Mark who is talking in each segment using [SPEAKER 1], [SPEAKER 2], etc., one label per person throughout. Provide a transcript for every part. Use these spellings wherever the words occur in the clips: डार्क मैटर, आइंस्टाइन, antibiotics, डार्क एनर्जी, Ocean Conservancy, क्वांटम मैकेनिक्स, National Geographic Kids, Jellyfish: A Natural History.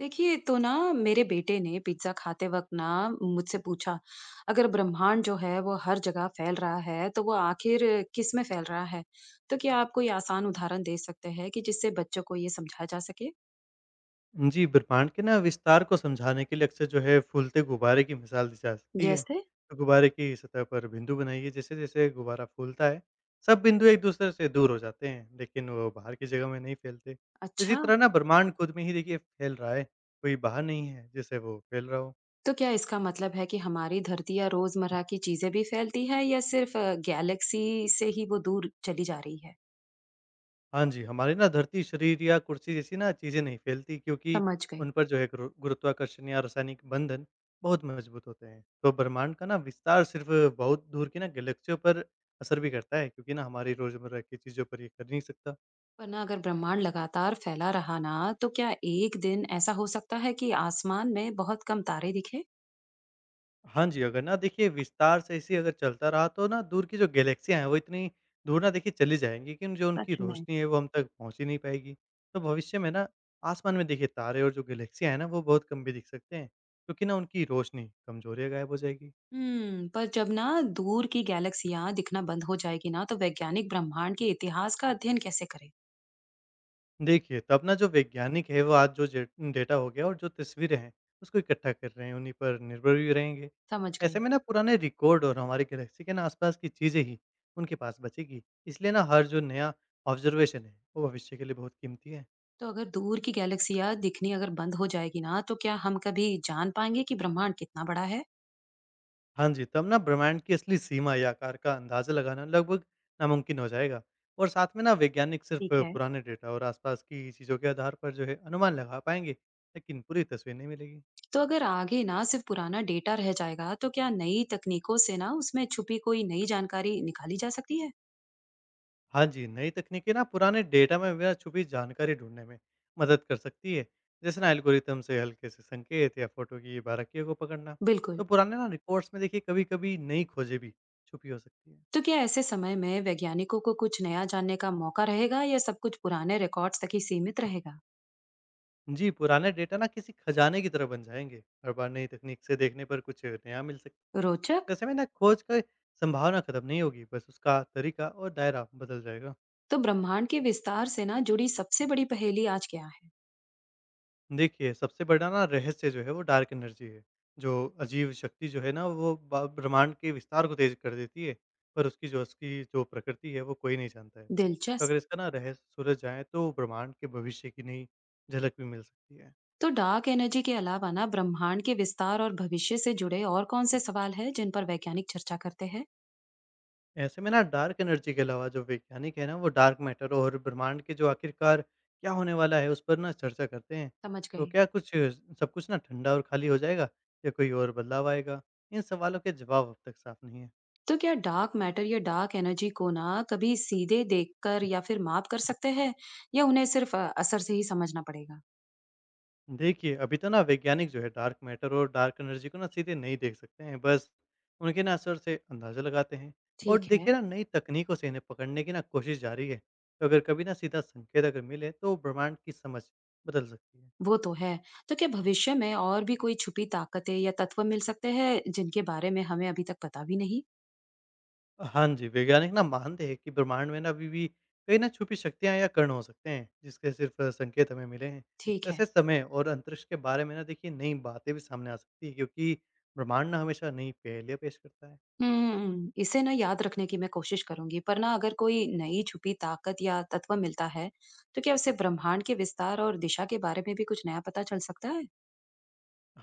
[SPEAKER 1] देखिए तो ना मेरे बेटे ने pizza खाते वक्त ना मुझसे पूछा। अगर ब्रह्मांड जो है वो हर जगह फैल रहा है तो वो आखिर किस में फैल रहा है? तो क्या आप कोई आसान उदाहरण दे सकते हैं कि जिससे बच्चों को ये समझा जा सके?
[SPEAKER 2] जी, ब्रह्मांड के ना विस्तार को समझाने के लिए अक्सर जो है फूलते गुब्बारे की मिसाल दी जा सकती है।
[SPEAKER 1] जैसे।
[SPEAKER 2] तो गुब्बारे की सतह पर बिंदु बनाइए। जैसे-जैसे गुब्बारा फूलता है, सब बिंदु एक दूसरे से दूर हो जाते हैं, लेकिन वो बाहर की जगह में नहीं फैलते। इसी
[SPEAKER 1] अच्छा।
[SPEAKER 2] तरह ना ब्रह्मांड खुद में ही देखिए फैल रहा है, कोई बाहर नहीं है जिससे वो फैल रहा हो।
[SPEAKER 1] तो क्या इसका मतलब है कि हमारी धरती या रोजमर्रा की चीजें भी फैलती है या सिर्फ गैलेक्सी से ही वो दूर चली जा रही है?
[SPEAKER 2] हाँ जी, हमारी ना धरती, शरीर या कुर्सी जैसी ना चीज़ें नहीं फैलती, क्योंकि
[SPEAKER 1] समझ गई।
[SPEAKER 2] उन पर जो है गुरुत्वाकर्षण या रासायनिक बंधन बहुत मजबूत होते हैं। तो ब्रह्मांड का ना विस्तार सिर्फ़ बहुत दूर की ना गैलेक्सियों पर असर भी करता है, क्योंकि ना हमारी रोज़मर्रा की चीज़ों पर ये कर नहीं सकता।
[SPEAKER 1] पर ना अगर ब्रह्मांड लगातार फैला रहा ना तो क्या एक दिन ऐसा हो सकता है कि आसमान में बहुत कम तारे दिखे?
[SPEAKER 2] हाँ जी, अगर ना देखिए विस्तार से ऐसे ही अगर चलता रहा तो ना दूर की जो गैलेक्सियाँ हैं वो इतनी दूर ना देखिए चली जाएँगी, लेकिन जो उनकी
[SPEAKER 1] सच में।
[SPEAKER 2] रोशनी है वो हम तक पहुँच ही नहीं पाएगी। तो भविष्य में ना आसमान में देखिए तारे और जो गैलेक्सियाँ हैं ना वो बहुत कम भी दिख सकते हैं, क्योंकि ना उनकी रोशनी कमज़ोर या गायब हो जाएगी।
[SPEAKER 1] पर जब ना दूर की गैलेक्सियां दिखना बंद हो जाएगी ना तो वैज्ञानिक ब्रह्मांड के इतिहास का अध्ययन कैसे करें?
[SPEAKER 2] देखिए, तब ना जो वैज्ञानिक है वो आज जो जे डेटा हो गया और जो तस्वीरें हैं, उसको इकट्ठा कर रहे हैं, उन्हीं पर निर्भर भी रहेंगे।
[SPEAKER 1] समझ
[SPEAKER 2] ऐसे
[SPEAKER 1] गए।
[SPEAKER 2] में ना पुराने रिकॉर्ड और हमारे गैलेक्सी के ना आसपास की चीज़ें ही उनके पास बचेगी। इसलिए ना हर जो नया ऑब्जर्वेशन है, वो भविष्य के लिए बहुत कीमती है।
[SPEAKER 1] तो अगर दूर की गैलेक्सियां दिखनी अगर बंद हो जाएगी ना तो क्या हम कभी जान पाएंगे कि ब्रह्मांड कितना बड़ा है?
[SPEAKER 2] हाँ जी, तब ना ब्रह्मांड की असली सीमा या आकार का अंदाज़ा लगाना लगभग नामुमकिन हो जाएगा, और साथ में ना वैज्ञानिक सिर्फ़
[SPEAKER 1] ठीक है।
[SPEAKER 2] पुराने डेटा और आसपास की चीज़ों के आधार पर जो है अनुमान लगा पाएँगे, लेकिन पूरी तस्वीर नहीं मिलेगी।
[SPEAKER 1] तो अगर आगे ना सिर्फ पुराना डेटा रह जाएगा तो क्या नई तकनीकों से ना उसमें छुपी कोई नई जानकारी निकाली जा सकती है?
[SPEAKER 2] हाँ जी, नई तकनीकें ना पुराने डेटा में वह छुपी जानकारी ढूँढने में मदद कर सकती है। जैसे ना एल्गोरिथम से हल्के से संकेत या फ़ोटो की बारीकियों को पकड़ना।
[SPEAKER 1] बिल्कुल।
[SPEAKER 2] तो पुराने ना रिकॉर्ड्स में देखिए कभी-कभी नई खोजें भी छुपी हो सकती हैं।
[SPEAKER 1] तो क्या ऐसे समय में वैज्ञानिकों को कुछ नया जानने का मौका रहेगा या सब कुछ पुराने रिकॉर्ड्स तक ही सीमित रहेगा?
[SPEAKER 2] जी, पुराने डेटा ना किसी खजाने की तरह बन जाएँगे। हर बार नई तकनीक से देखने पर कुछ नया मिल सकता
[SPEAKER 1] रोचक।
[SPEAKER 2] है। ऐसे में ना खोज की संभावना खत्म नहीं होगी, बस उसका तरीका और दायरा बदल जाएगा।
[SPEAKER 1] तो ब्रह्मांड के विस्तार से ना जुड़ी सबसे बड़ी पहेली आज क्या है?
[SPEAKER 2] देखिए, सबसे बड़ा ना रहस्य जो है वो डार्क एनर्जी है। जो अजीब शक्ति जो है ना वो ब ब्रह्मांड के विस्तार को तेज़ कर देती है, पर उसकी जो असली जो प्रकृति है वो कोई नहीं जानता है। तो
[SPEAKER 1] दिलचस्प।
[SPEAKER 2] अगर इसका ना रहस्य सुलझ जाए तो ब्रह्मांड के भविष्य की नई झलक भी मिल सकती है।
[SPEAKER 1] तो डार्क एनर्जी के अलावा ना ब्रह्मांड के विस्तार और भविष्य से जुड़े और कौन से सवाल है जिन पर वैज्ञानिक चर्चा करते हैं?
[SPEAKER 2] ऐसे में ना डार्क एनर्जी के अलावा जो वैज्ञानिक है ना वो डार्क मैटर और ब्रह्मांड के जो आखिरकार क्या होने वाला है उस पर ना चर्चा करते हैं।
[SPEAKER 1] समझ
[SPEAKER 2] तो
[SPEAKER 1] गए।
[SPEAKER 2] क्या कुछ सब कुछ ना ठंडा और खाली हो जाएगा या कोई और बदलाव आएगा? इन सवालों के जवाब अब तक साफ नहीं है।
[SPEAKER 1] तो क्या डार्क मैटर या डार्क एनर्जी को ना कभी सीधे देखकर या फिर माप कर सकते हैं या उन्हें सिर्फ असर से ही समझना पड़ेगा?
[SPEAKER 2] देखिए, अभी तो ना वैज्ञानिक जो है डार्क मैटर और डार्क एनर्जी को ना सीधे नहीं देख सकते हैं, बस उनके ना असर से अंदाज़ा लगाते हैं। और
[SPEAKER 1] ठीक
[SPEAKER 2] देखिए
[SPEAKER 1] है।
[SPEAKER 2] ना नई तकनीकों से इन्हें पकड़ने की ना कोशिश जारी है, तो अगर कभी ना सीधा संकेत अगर मिले तो ब्रह्मांड की समझ बदल सकती है।
[SPEAKER 1] वो तो है। तो क्या भविष्य में और भी कोई छुपी ताकतें या तत्व मिल सकते हैं जिनके बारे में हमें अभी तक पता भी नहीं?
[SPEAKER 2] हाँ जी, वैज्ञानिक ना मानते हैं कि ब्रह्मांड में ना अभी भी कई ना छुपी शक्तियाँ या कण हो सकते हैं, जिसके सिर्फ संकेत हमें मिले हैं। तो
[SPEAKER 1] ठीक है।
[SPEAKER 2] ऐसे समय और अंतरिक्ष के बारे में ना देखिए नई बातें भी सामने आ सकती है, क्योंकि ब्रह्मांड ना हमेशा नई पहेलियाँ पेश करता है।
[SPEAKER 1] इसे ना याद रखने की मैं कोशिश करूंगी पर ना अगर कोई नई छुपी ताकत या तत्व मिलता है तो क्या उसे ब्रह्मांड के विस्तार और दिशा के बारे में भी कुछ नया पता चल सकता है?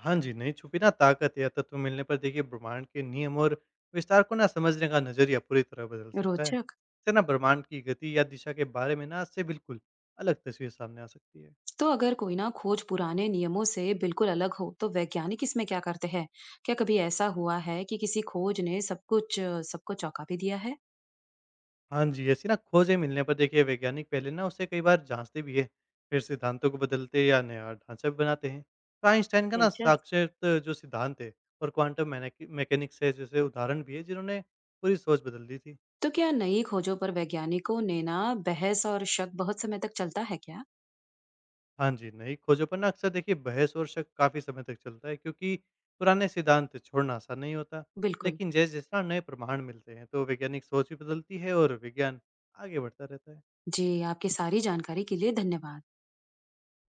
[SPEAKER 2] हाँ जी, नहीं छुपी ना ताकत या तत्व मिलने पर देखिए ब्रह्मांड के नियम और विस्तार को ना समझने का नज़रिया पूरी तरह बदल सकता है।
[SPEAKER 1] रोचक।
[SPEAKER 2] इससे ना ब्रह्मांड की गति या दिशा के बारे में ना इससे बिल्कुल अलग तस्वीर सामने आ सकती है।
[SPEAKER 1] तो अगर कोई ना खोज पुराने नियमों से बिल्कुल अलग हो तो वैज्ञानिक इसमें क्या करते हैं? क्या कभी ऐसा हुआ है कि किसी खोज ने सब कुछ सबको चौंका भी दिया है?
[SPEAKER 2] हाँ जी, ऐसी ना खोजें मिलने पर देखिए वैज्ञानिक पहले ना उसे कई बार जाँचते भी है, फिर सिद्धांतों को बदलते या नया ढांचा भी बनाते हैं। तो आइंस्टाइन का ना
[SPEAKER 1] दिलचस्प।
[SPEAKER 2] साक्षात जो सिद्धांत है और क्वांटम मैनेकि मैकेनिक्स है जैसे उदाहरण भी है, जिन्होंने पूरी सोच बदल दी थी।
[SPEAKER 1] तो क्या नई खोजों पर वैज्ञानिकों ने ना बहस और शक बहुत समय तक चलता है क्या?
[SPEAKER 2] हाँ जी, नई खोजों पर ना अक्सर देखिए बहस और शक काफ़ी समय तक चलता है, क्योंकि पुराने सिद्धांत छोड़ना आसान नहीं होता।
[SPEAKER 1] बिल्कुल।
[SPEAKER 2] लेकिन जैसे-जैसे ना नए प्रमाण मिलते हैं, तो वैज्ञानिक सोच भी बदलती है और विज्ञान आगे बढ़ता रहता है।
[SPEAKER 1] जी आपकी सारी जानकारी के लिए धन्यवाद।